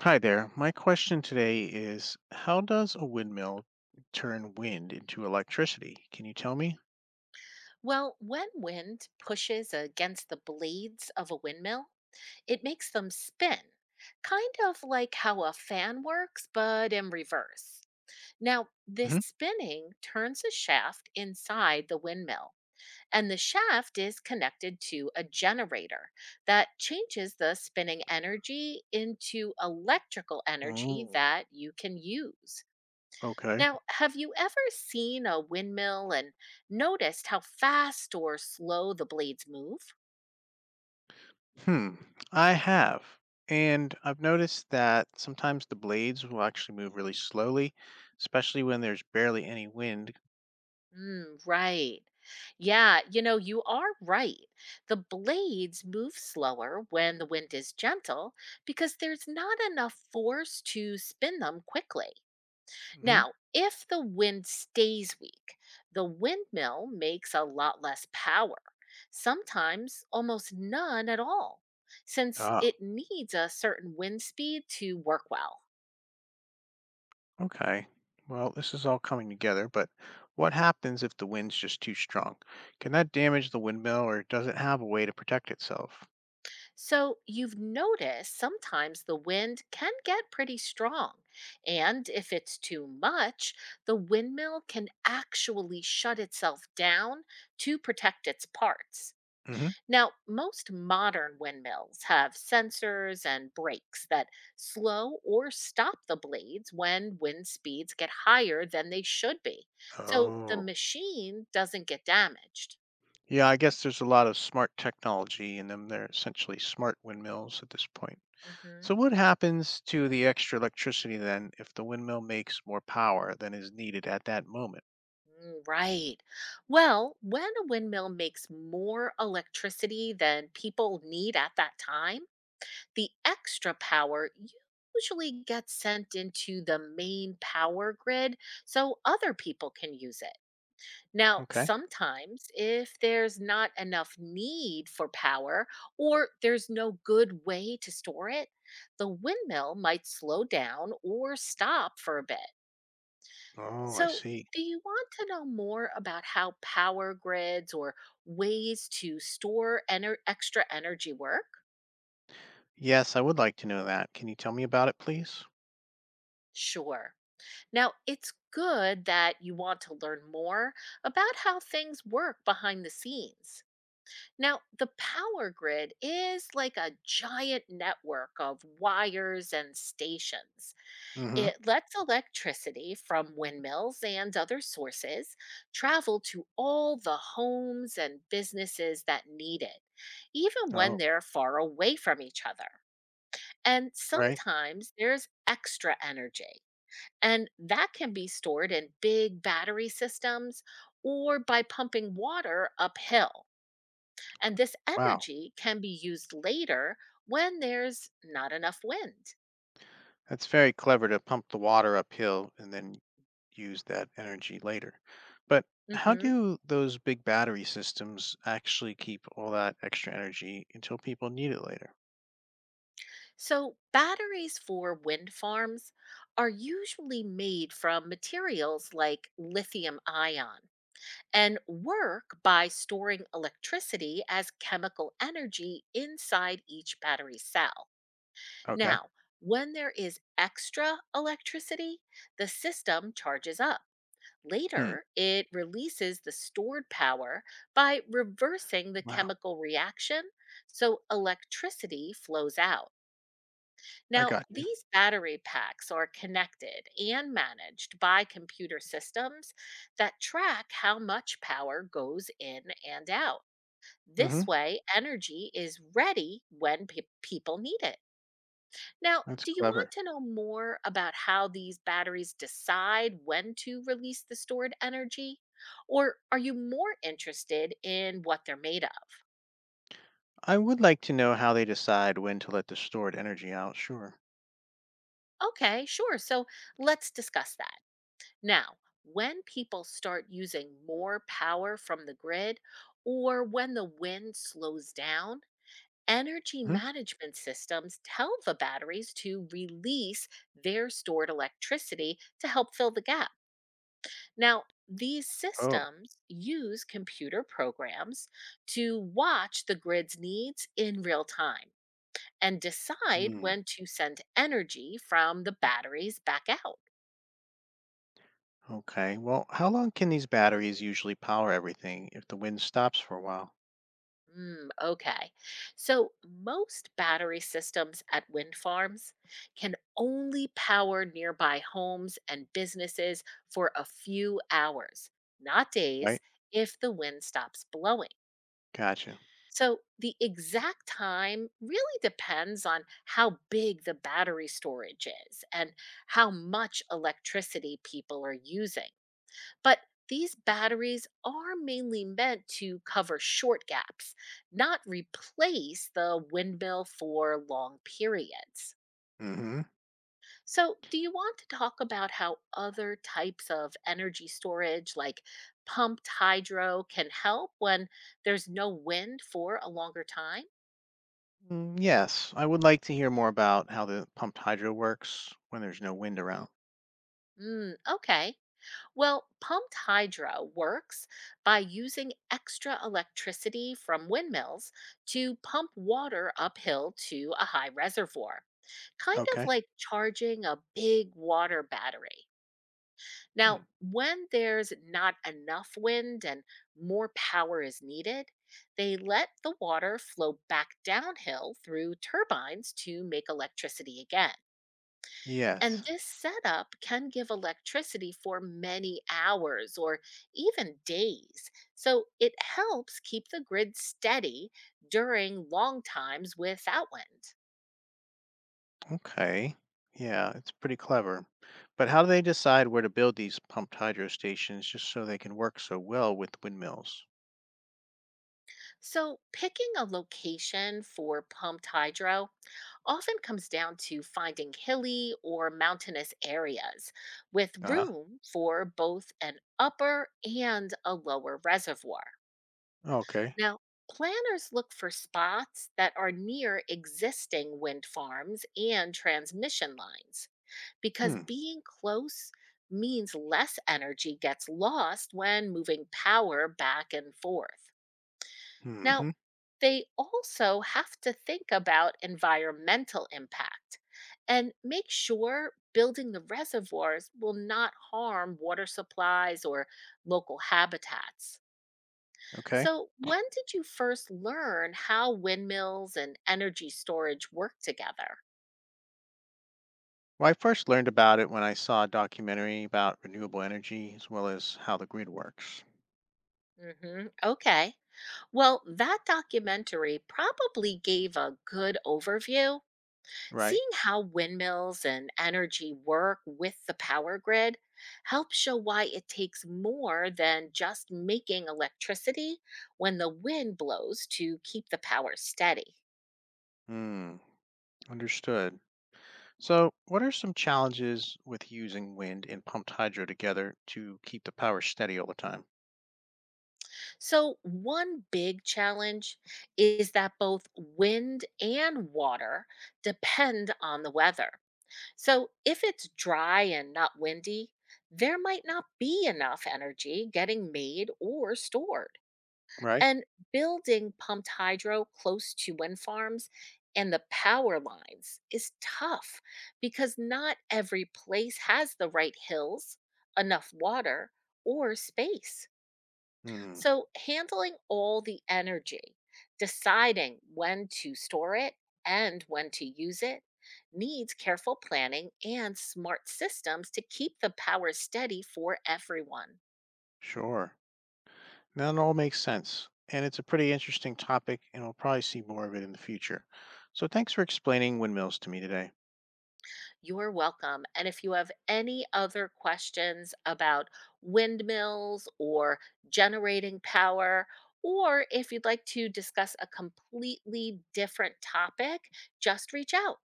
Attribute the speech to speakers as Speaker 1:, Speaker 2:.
Speaker 1: Hi there. My question today is, how does a windmill turn wind into electricity? Can you tell me?
Speaker 2: Well, when wind pushes against the blades of a windmill, it makes them spin, kind of like how a fan works, but in reverse. Now, this
Speaker 1: Hmm.
Speaker 2: spinning turns a shaft inside the windmill, and the shaft is connected to a generator that changes the spinning energy into electrical energy
Speaker 1: Oh,
Speaker 2: that you can use.
Speaker 1: okay.
Speaker 2: Now, have you ever seen a windmill and noticed how fast or slow the blades move?
Speaker 1: Hmm. I have. And I've noticed that sometimes the blades will actually move really slowly, especially when there's barely any wind.
Speaker 2: Mm, right. Yeah, you are right. The blades move slower when the wind is gentle because there's not enough force to spin them quickly.
Speaker 1: Hmm.
Speaker 2: Now, if the wind stays weak, the windmill makes a lot less power, sometimes almost none at all, since
Speaker 1: Ah,
Speaker 2: it needs a certain wind speed to work well.
Speaker 1: okay. Well, this is all coming together, but what happens if the wind's just too strong? Can that damage the windmill or does it have a way to protect itself?
Speaker 2: So you've noticed sometimes the wind can get pretty strong, and if it's too much, the windmill can actually shut itself down to protect its parts.
Speaker 1: Hmm.
Speaker 2: Now, most modern windmills have sensors and brakes that slow or stop the blades when wind speeds get higher than they should be. So the
Speaker 1: Oh.
Speaker 2: machine doesn't get damaged.
Speaker 1: Yeah, I guess there's a lot of smart technology in them. They're essentially smart windmills at this point.
Speaker 2: Hmm.
Speaker 1: So, what happens to the extra electricity then if the windmill makes more power than is needed at that moment?
Speaker 2: Mm, right. Well, when a windmill makes more electricity than people need at that time, the extra power usually gets sent into the main power grid so other people can use it. Now,
Speaker 1: Okay.
Speaker 2: sometimes if there's not enough need for power or there's no good way to store it, the windmill might slow down or stop for a bit.
Speaker 1: Oh, I
Speaker 2: So,
Speaker 1: see.
Speaker 2: do you want to know more about how power grids or ways to store extra energy work?
Speaker 1: Yes, I would like to know that. Can you tell me about it, please?
Speaker 2: Sure. Now, it's good that you want to learn more about how things work behind the scenes. Now, the power grid is like a giant network of wires and stations.
Speaker 1: Mm hmm.
Speaker 2: It lets electricity from windmills and other sources travel to all the homes and businesses that need it, even when
Speaker 1: Oh,
Speaker 2: they're far away from each other. And
Speaker 1: right.
Speaker 2: sometimes there's extra energy, and that can be stored in big battery systems or by pumping water uphill. And this
Speaker 1: Wow.
Speaker 2: energy can be used later when there's not enough wind.
Speaker 1: That's very clever to pump the water uphill and then use that energy later. But how
Speaker 2: Mhm.
Speaker 1: do those big battery systems actually keep all that extra energy until people need it later?
Speaker 2: So, batteries for wind farms are usually made from materials like lithium ion and work by storing electricity as chemical energy inside each battery cell.
Speaker 1: Okay.
Speaker 2: Now, when there is extra electricity, the system charges up.
Speaker 1: Hmm.
Speaker 2: Later, it releases the stored power by reversing the
Speaker 1: Wow.
Speaker 2: chemical reaction, so electricity flows out.
Speaker 1: I
Speaker 2: Now,
Speaker 1: got you.
Speaker 2: these battery packs are connected and managed by computer systems that track how much power goes in and out.
Speaker 1: Mm-hmm.
Speaker 2: This way, energy is ready when people need it. Now,
Speaker 1: That's
Speaker 2: do you want
Speaker 1: clever.
Speaker 2: to know more about how these batteries decide when to release the stored energy? Or are you more interested in what they're made of?
Speaker 1: I would like to know how they decide when to let the stored energy out. Sure.
Speaker 2: Okay, sure. So let's discuss that. Now, when people start using more power from the grid or when the wind slows down, energy
Speaker 1: Hmm.
Speaker 2: management systems tell the batteries to release their stored electricity to help fill the gap. Now, these
Speaker 1: Oh.
Speaker 2: systems use computer programs to watch the grid's needs in real time and decide
Speaker 1: Hmm.
Speaker 2: when to send energy from the batteries back out.
Speaker 1: Okay. Well, how long can these batteries usually power everything if the wind stops for a while?
Speaker 2: Mm, okay. So, most battery systems at wind farms can only power nearby homes and businesses for a few hours, not days,
Speaker 1: Right.
Speaker 2: if the wind stops blowing.
Speaker 1: Gotcha.
Speaker 2: So the exact time really depends on how big the battery storage is and how much electricity people are using. But these batteries are mainly meant to cover short gaps, not replace the windmill for long periods.
Speaker 1: Mm-hmm.
Speaker 2: So, do you want to talk about how other types of energy storage, like pumped hydro, can help when there's no wind for a longer time?
Speaker 1: Mm, yes, I would like to hear more about how the pumped hydro works when there's no wind around.
Speaker 2: Mm, okay. Well, pumped hydro works by using extra electricity from windmills to pump water uphill to a high reservoir, kind of
Speaker 1: Okay.
Speaker 2: like charging a big water battery. Now,
Speaker 1: Mm.
Speaker 2: when there's not enough wind and more power is needed, they let the water flow back downhill through turbines to make electricity again. And
Speaker 1: Yes.
Speaker 2: this setup can give electricity for many hours or even days. So it helps keep the grid steady during long times without wind.
Speaker 1: Okay. Yeah, it's pretty clever. But how do they decide where to build these pumped hydro stations just so they can work so well with windmills?
Speaker 2: So picking a location for pumped hydro often comes down to finding hilly or mountainous areas with
Speaker 1: Uh huh.
Speaker 2: room for both an upper and a lower reservoir.
Speaker 1: Okay.
Speaker 2: Now, planners look for spots that are near existing wind farms and transmission lines because
Speaker 1: Hmm.
Speaker 2: being close means less energy gets lost when moving power back and forth. Now,
Speaker 1: Hmm.
Speaker 2: they also have to think about environmental impact and make sure building the reservoirs will not harm water supplies or local habitats.
Speaker 1: Okay.
Speaker 2: So, when did you first learn how windmills and energy storage work together?
Speaker 1: Well, I first learned about it when I saw a documentary about renewable energy as well as how the grid works.
Speaker 2: Hmm. Okay. Well, that documentary probably gave a good overview.
Speaker 1: Right.
Speaker 2: Seeing how windmills and energy work with the power grid helps show why it takes more than just making electricity when the wind blows to keep the power steady.
Speaker 1: Hmm. Understood. So, what are some challenges with using wind and pumped hydro together to keep the power steady all the time?
Speaker 2: So, one big challenge is that both wind and water depend on the weather. So, if it's dry and not windy, there might not be enough energy getting made or stored.
Speaker 1: Right?
Speaker 2: And building pumped hydro close to wind farms and the power lines is tough because not every place has the right hills, enough water, or space.
Speaker 1: Hmm,
Speaker 2: So, handling all the energy, deciding when to store it and when to use it, needs careful planning and smart systems to keep the power steady for everyone.
Speaker 1: sure. That all makes sense. And it's a pretty interesting topic, and we'll probably see more of it in the future. So, thanks for explaining windmills to me today.
Speaker 2: You're welcome. And if you have any other questions about windmills or generating power, or if you'd like to discuss a completely different topic, just reach out.